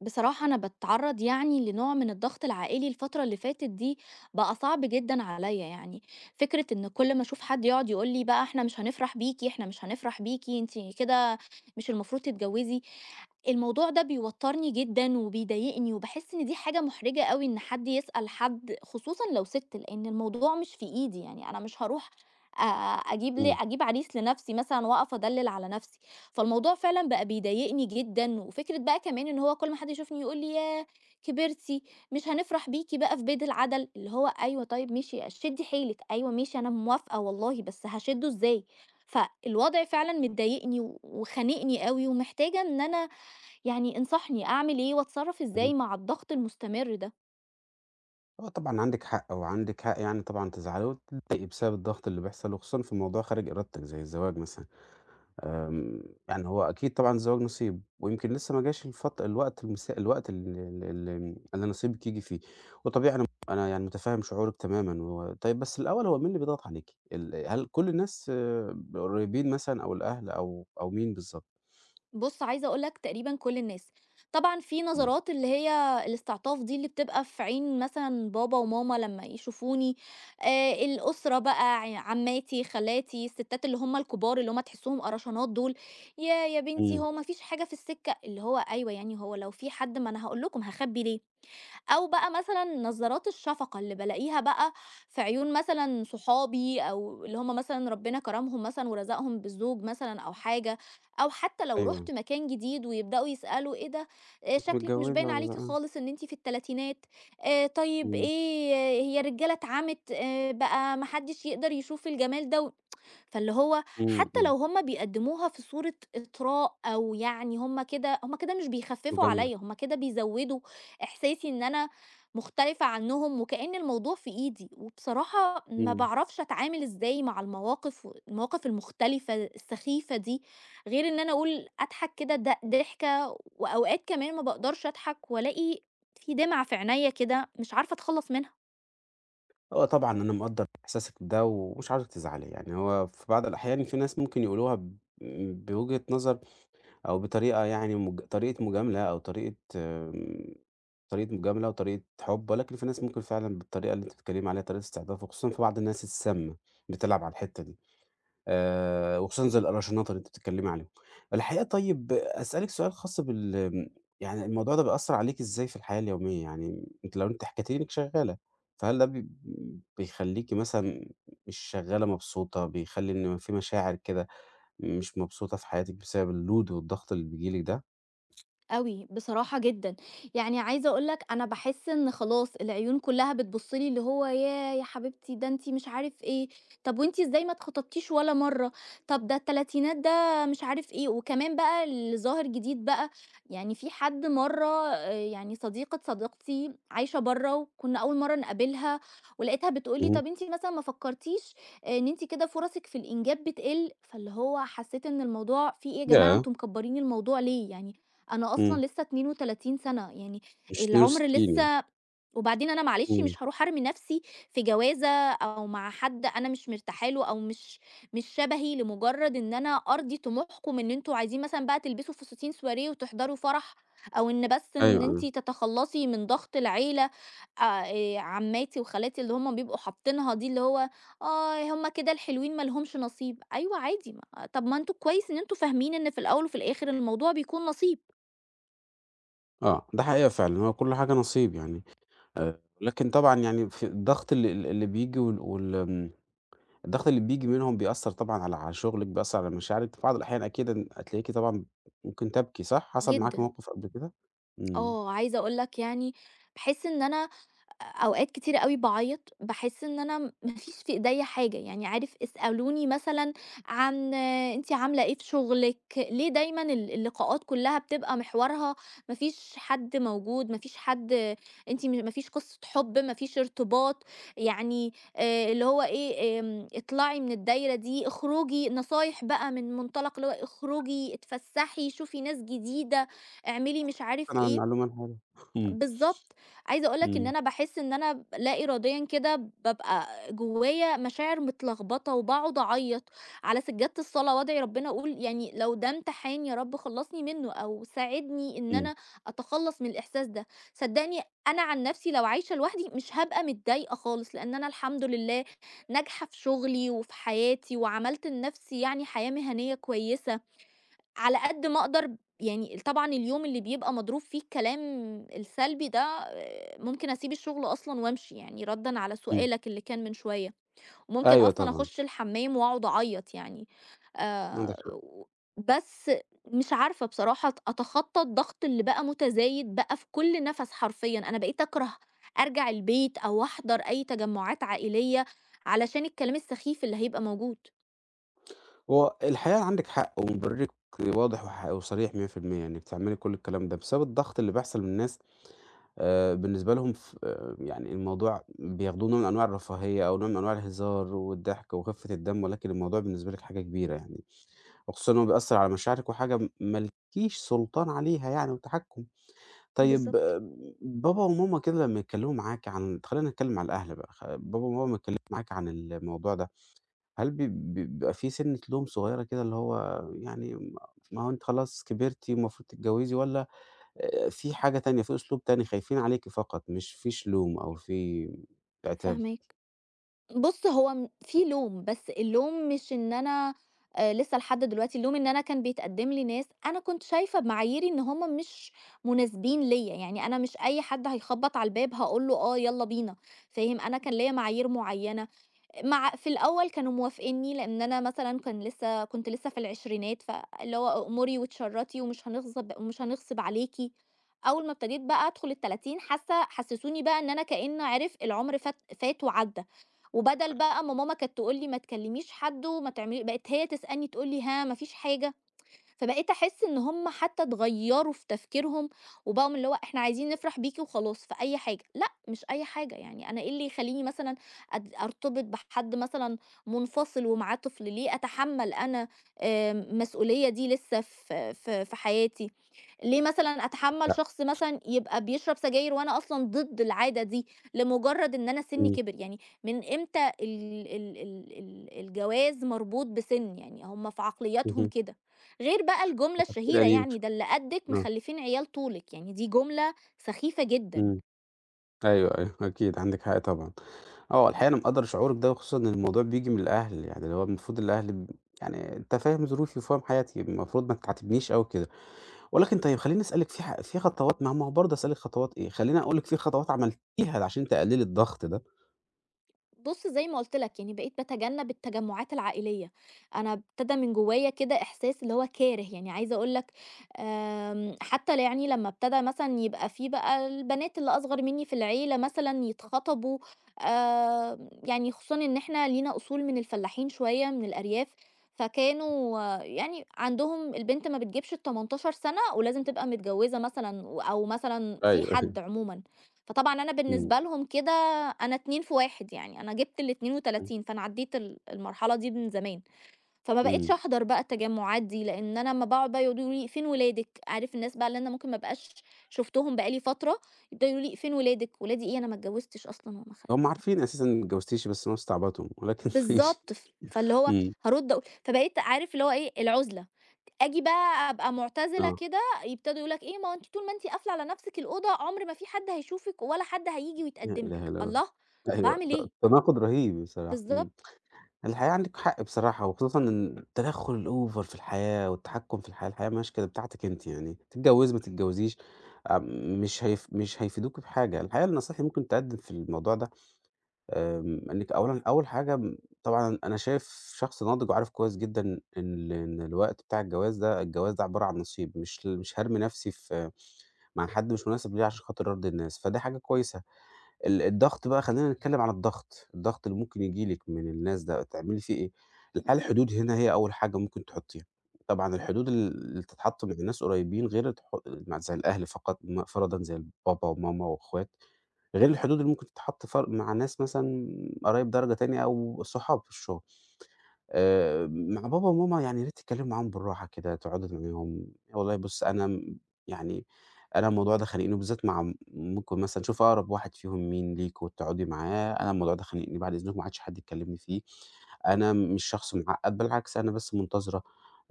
بصراحة أنا باتعرّض يعني لنوع من الضغط العائلي الفترة اللي فاتت دي، بقى صعب جدًا عليّا يعني. فكرة إن كل ما أشوف حد يقعد يقول لي بقى إحنا مش هنفرح بيكِ، إحنا مش هنفرح بيكِ، أنتِ كده مش المفروض تتجوزي. الموضوع ده بيوتّرني جدًا وبيضايقني، وباحس إن دي حاجة محرجة أوي إن حد يسأل حد خصوصًا لو سِت، لإن الموضوع مش في إيدي يعني، أنا مش هاروح آآ إمم، أجيب عريس لنفسي مثلًا وأقف أدلّل على نفسي. فالموضوع فعلًا بقى بيضايقني جدًا، وفكرة بقى كمان إن هو كل ما حد يشوفني يقول لي: "ياه كبرتِ، مش هنفرح بيكِ بقى في بيت العَدَل." اللي هو أيوه طيب ماشي شدّي حيلِك، أيوه ماشي أنا موافقة والله، بس هاشده إزاي؟ فالوضع فعلًا مضايقني و- وخانقني أوي، ومحتاجة إن أنا يعني انصحني أعمل إيه وأتصرّف اهم. إزاي مع الضغط المستمر ده؟ آه طبعًا عندِك حق، وعندِك حق يعني طبعًا تزعلي وتتضايقي بسبب الضغط اللي بيحصل، وخصوصًا في موضوع خارج إرادتِك زي الزواج مثلًا. آمم، يعني هو أكيد طبعًا الزواج نصيب، ويمكن لسه ما جاش الفت الوقت المسا الوقت ال ال ال اللي نصيبِك ييجي فيه، وطبيعي أنا يعني متفهم شعورِك تمامًا و طيب بس الأول هو مين اللي بيضغط عليكِ؟ هل كل الناس القريبين مثلًا أو الأهل أو مين بالضبط؟ بُص، عايزة أقول لك تقريبًا كل الناس. طبعًا في إمم، نظرات اللي هي الاستعطاف دي اللي بتبقى في عين مثلًا بابا وماما لمّا يشوفوني. الأسرة بقى عمّاتي، خالاتي، الستات اللي هم الكبار اللي هم تحسّهم قرشانات دول. "ياه يا بنتي إمم، هو ما فيش حاجة في السكة؟" اللي هو أيوه يعني هو لو في حد ما أنا هاقول لكم هاخبّي ليه؟ أو بقى مثلًا نظارات الشفقة اللي بالاقيها بقى في عيون مثلًا صحابي أو اللي هم مثلًا ربنا كرمهم مثلًا ورزقهم بالزوج مثلًا أو حاجة، أو حتى لو أيوه. رُحت مكان جديد ويبدأوا يسألوا إيه ده. أنتِ شكلِك متجوزة مش باين والّا عليكِ لأ؟ خالص إن أنتِ في التلاتينات. طيب إمم، إيه هي الرجالة اتعمت بقى ما حدش يقدر يشوف الجمال ده و فاللي هو إمم، حتى إمم، لو هم بيقدموها في صورة إطراء أو يعني هم كده هم كده مش بيخففوا مجاملة. عليا هم كده بيزودوا إحساسي إن أنا مختلفة عنهم وكأن الموضوع في إيدي، وبصراحة ما إمم. بعرفش أتعامل إزاي مع المواقف المختلفة السخيفة دي غير إن أنا أقول أضحك كده ضحكة، وأوقات كمان ما بقدرش أضحك وألاقي في دمعة في عينيا كده مش عارفة أتخلص منها. هو طبعًا أنا مقدّر إحساسِك ده ومش عاوزِك تزعلي، يعني هو في بعض الأحيان في ناس ممكن يقولوها بوجهة نظر أو بطريقة يعني طريقة مجاملة أو طريقة طريقة مجاملة وطريقة حُب، ولكن في ناس ممكن فعلًا بالطريقة اللي أنتِ بتتكلمي عليها، طريقة استعطاف وخصوصًا في بعض الناس السامة بتلعب على الحتّة دي. وخصوصًا زي القراشنات اللي أنتِ بتتكلّمي عليهم. الحقيقة طيب أسألِك سؤال خاص بال يعني الموضوع ده بيأثّر عليكِ إزاي في الحياة اليومية؟ يعني لو أنتِ حكيتِ لي إنِّك شغّالة، فهل ده بيخلّيكِ مثلًا مش شغّالة مبسوطة، بيخلّي إن في مشاعر كده مش مبسوطة في حياتِك بسبب الload والضغط اللي بييجي لِك ده؟ أوي، بصراحة جدًا. يعني عايزة أقول لك أنا باحس إن خلاص العيون كلّها بتبُص لي اللي هو ياه يا حبيبتي ده أنتِ مش عارف إيه، طب وأنتِ إزاي ما اتخطبتيش ولا مرّة، طب ده التلاتينات ده مش عارف إيه. وكمان بقى اللي ظاهر جديد بقى يعني في حد مرّة يعني صديقة صديقتي عايشة برّه وكنا أول مرّة نقابلها، ولقيتها بتقول لي اهم. طب أنتِ مثلًا ما فكرتيش آه، إن أنتِ كده فرصِك في الإنجاب بتقِل. فاللي هو حسيت إن الموضوع في إيه، يا جماعة ياه! أنتم مكبرين الموضوع ليه يعني؟ أنا أصلًا إمم. لسه 32 سَنة، يعني مش العُمر 62 يعني. لسه. وبعدين أنا معلش إمم. مش هاروح أرمي نَفْسي في جوازة أو مع حد أنا مش مرتاحة له أو مش شبهي، لمُجرّد إن أنا أرضي طموحكم إن أنتم عايزين مثلًا بقى تلبسوا فساتين سواريه وتحضروا فرح، أو إن بس أيوه، إن أنتِ أيوه. تتخلّصي من ضغط العيلة. عمّاتي وخالاتي اللي هم بيبقوا حاطينها دي اللي هو آه، هم كده الحلوين ما لهمش نصيب، أيوه عادي. ما طَب ما أنتم كويس إن أنتم فاهمين إن في الأول وفي الآخِر الموضوع بيكون نصيب. آه. ده حقيقة فعلًا، هو كل حاجة نصيب يعني. ولكن طبعًا يعني في الضغط ال ال اللي بييجي وال وال آمم الضغط اللي بييجي منهم بيأثّر طبعًا على شغلِك، بيأثّر على مشاعرِك، في بعض الأحيان أكيدًا هتلاقيكِ طبعًا ممكن تبكي صح؟ حصل معاكِ جدًا. موقف قبل كده؟ إمم. آه، عايزة أقول لك يعني باحس إن أنا أوقات كتيرة أوي باعيّط، باحس إن أنا ما فيش في إيديّا حاجة. يعني عارف، اسألوني مثلًا عن أنتِ عاملة إيه في شغلِك، ليه دايمًا اللقاءات كلّها بتبقى محورها ما فيش حد موجود، ما فيش حد، أنتِ ما فيش قصة حُب، ما فيش ارتباط. يعني اللي هو إيه، اطلعي من الدايرة دي، اخرجي نصايح بقى من منطلق اللي هو اخرجي، اتفسّحي، شوفي ناس جديدة، اعملي مش عارف شكرًا على إيه. المعلومة الحلوة. إمم، بالضبط. عايزة أقول لك إن إمم، أنا باحس إن أنا لا إراديًا كده بابقى جوايا مشاعر متلخبطة وباقعد أعيّط، على سجادة الصلاة وأدعي ربنا أقول يعني لو ده امتحان يا رب خلّصني منّه أو ساعدني إن إمم، أنا أتخلّص من الإحساس ده. صدّقني أنا عن نَفْسي لو عايشة لوحدي مش هابقى متضايقة خالص، لإن أنا الحمد لله ناجحة في شغلي وفي حياتي وعملت لنَفْسي يعني حياة مهنية كويسة. على قد ما أقدر يعني طبعًا، اليوم اللي بيبقى مضروب فيه الكلام السلبي ده ممكن أسيب الشغل أصلًا وأمشي، يعني ردًا على إمم، سؤالك اللي كان من شوية، وممكن أيوه أصلًا طبعًا، أخش الحمام وأقعد أعيط يعني عندِك حق. و بس مش عارفة بصراحة أتخطى الضغط اللي بقى متزايد بقى في كل نفس حرفيًا. أنا بقيت أكره أرجع البيت أو أحضر أي تجمعات عائلية علشان الكلام السخيف اللي هيبقى موجود. هو الحقيقة عندِك حق ومبررِك واضح وصريح 100%، إنِّك تعملي كل الكلام ده، بسبب الضغط اللي بيحصل من الناس. بالنسبة لهم ف آه، يعني الموضوع بياخدوه نوع من أنواع الرفاهية أو نوع من أنواع الهزار والضحك وخفة الدم، ولكن الموضوع بالنسبة لِك حاجة كبيرة يعني. وخصوصًا إن هو بيأثّر على مشاعرِك وحاجة ما لكيش سلطان عليها يعني وتحكُّم. طيب بالضبط، آه، بابا وماما كده لمّا يتكلّموا معاك عن خلّينا نتكلّم على الأهل بقى، بابا وماما لمّا يتكلّموا معاك عن الموضوع ده، هل بي بي بيبقى في سِنّة لوم صغيّرة كده اللي هو يعني ما هو أنتِ خلاص كبرتِ والمفروض تتجوّزي والّا في حاجة تانية، في أسلوب تاني خايفين عليكِ فقط مش فيش لوم أو في عتاب؟ فاهماك. بُص، هو في لوم، بس اللوم مش إن أنا لسه لحد دلوقتي. اللوم إن أنا كان بيتقدّم لي ناس أنا كنت شايفة بمعاييري إن هم مش مناسبين ليّا، يعني أنا مش أي حد هيخبّط على الباب هاقول له آه يالّا بينا، فاهم؟ أنا كان ليّا معايير معيّنة في الأول كانوا موافقينّي، لإن أنا مثلًا كان لسه كنت لسه في العشرينات، فاللي هو أأمري وتشرّطي ومش هنغصب ومش هنغصب عليكِ. أول ما ابتديت بقى أدخل ال30، حاسة حسّسوني بقى إن أنا كإن عارف العمر فات وعدّى. وبدل بقى ما ماما كانت تقول لي: "ما تكلّميش حد وما تعملي" بقِت هي تسألني تقول لي: "ها ما فيش حاجة؟" فبقيت أحس إن هم حتى اتغيّروا في تفكيرهم، وبقوا من اللي هو إحنا عايزين نفرح بيكِ وخلاص في أي حاجة. لأ، مش أي حاجة، يعني أنا إيه اللي يخلّيني مثلًا أرتبط بحد مثلًا منفصل ومعاه طفل، ليه أتحمّل أنا المسؤولية دي لسه في حياتي؟ ليه مثلًا أتحمّل لأ، شخص مثلًا يبقى بيشرب سجاير وأنا أصلًا ضد العادة دي، لمجرد إن أنا سِنّي إمم، كبر؟ يعني من إمتى ال ال ال ال الجواز مربوط بسِن؟ يعني هم في عقلياتهم اهم. كده، غير بقى الجملة ده تفكير الشهيرة قديم. يعني ده اللي قدِّك آه. مخلّفين عيال طولِك. يعني دي جملة سخيفة جدًا. إمم. أيوه، أيوه، أكيد عندِك حق طبعًا. آه، الحقيقة أنا مقدّر شعورِك ده، وخصوصًا إن الموضوع بييجي من الأهل، يعني اللي هو المفروض الأهل يعني أنت فاهم ظروفي وفاهم حياتي، المفروض ما تعاتبنيش أوي كده، ولكن طيب خلّيني أسألِك في خطوات ما هو برضه هاسألِك خطوات إيه، خلّيني أقول لِك في خطوات عملتيها عشان تقللي الضغط ده. بُص زي ما قُلت لك، يعني بقيت باتجنب التجمعات العائلية. أنا ابتدى من جوايا كده إحساس اللي هو كاره، يعني عايزة أقول لك حتى ل يعني لمّا ابتدى مثلًا يبقى في بقى البنات اللي أصغر مني في العيلة مثلًا يتخطبوا. يعني خصوصًا إن إحنا لينا أصول من الفلاحين شوية من الأرياف، فكانوا آه، يعني عندهم البنت ما بتجيبش ال18 سَنة ولازم تبقى متجوزة مثلًا أو مثلًا في أيوه. حد عمومًا. فطبعًا أنا إمم، بالنسبة لهم كده أنا 2 في 1 يعني، أنا جِبت إمم، ال32 فأنا عدّيت المرحلة دي من زمان. فما بقيتش إمم، أحضر بقى التجمعات دي، لإن أنا أمّا باقعد بقى يقعدوا يقولوا لي: "فين ولادِك؟" عارف الناس بقى اللي أنا ممكن ما ابقاش شُفتهم بقى لي فترة، يبدأوا يقولوا لي: "فين ولادِك؟" ولادي إيه أنا ما اتجوّزتش أصلًا وما خ هُم عارفين أساسًا إنِّك ما اتجوزتيش بس أنا مستعبطهم، ولكن ماشي. بالضبط. فاللي هو إمم. هارُد أقول فبقيت عارف اللي هو إيه، العُزلة، آجي بقى أبقى معتزلة آه، كده يبتدوا يقولوا لك إيه: "ما هو أنتِ طول ما أنتِ قافلة على نَفْسِك الأوضة عُمر ما في حد هيشوفِك ولا حد هييجي لا ويتقدّم إله لِك." إلا الله. الله! طَب أيوه، أعمل لأ، إيه؟ تناقض رهيب بصراحة، إمم. بالضبط. الحقيقة عندِك حق بصراحة، وخصوصًا إن التدخُّل الأوفر في الحياة والتحكُّم في الحياة، الحياة مش كده بتاعتِك أنتِ يعني، تتجوّزي ما تتجوّزيش آآ مش هيفيدوكِ بحاجة. الحقيقة النصايح اللي ممكن تقدّم في الموضوع ده، إنِّك أولًا أول حاجة طبعًا أنا شايف شخص ناضِج وعارف كويس جدًا إن إن الوقت بتاع الجواز ده، الجواز ده عبارة عن نصيب، مش هارمي نَفْسي في مع حد مش مناسب ليّا عشان خاطر أرضي الناس، فدي حاجة كويسة. الضغط بقى خلّينا نتكلّم عن الضغط، الضغط اللي ممكن ييجي لِك من الناس ده تعملي فيه إيه؟ هل حدود هنا هي أول حاجة ممكن تحطّيها، طبعًا الحدود ال اللي بتتحط مع ناس قريّبين غير الح مع زي الأهل فقط فرضًا زي البابا وماما وأخوات، غير الحدود اللي ممكن تتحط مع ناس مثلًا قرايب درجة تانية أو صحاب في الشغل. مع بابا وماما يعني يا ريت تتكلموا معاهم بالراحة كده، تقعدوا معاهم، والله بُص أنا م يعني أنا الموضوع ده خانقني وبالذات مع م ممكن مثلًا شوف أقرب واحد فيهم مين ليك وتقعدي معاه، أنا الموضوع ده خانقني بعد إذنكم ما عادش حد يكلمني فيه، أنا مش شخص معقّد بالعكس أنا بس منتظرة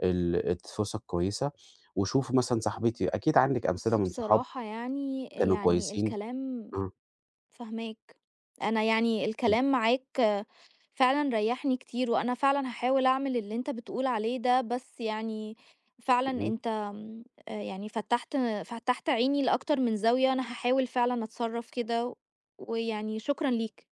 الفرصة الكويسة، وشوفوا مثلًا صاحبتي أكيد عندِك أمثلة بُص من صحاب بصراحة يعني، كانوا يعني كويسين. الكلام آه، فاهماك، أنا يعني إمم، الكلام معاك فعلًا ريّحني كتير، وأنا فعلًا هاحاول أعمل اللي أنت بتقول عليه ده. بس يعني فعلًا اهم. أنت آمم، يعني فتّحت عيني لأكتر من زاوية. أنا هاحاول فعلًا أتصرّف كده، ويعني شكرًا ليك.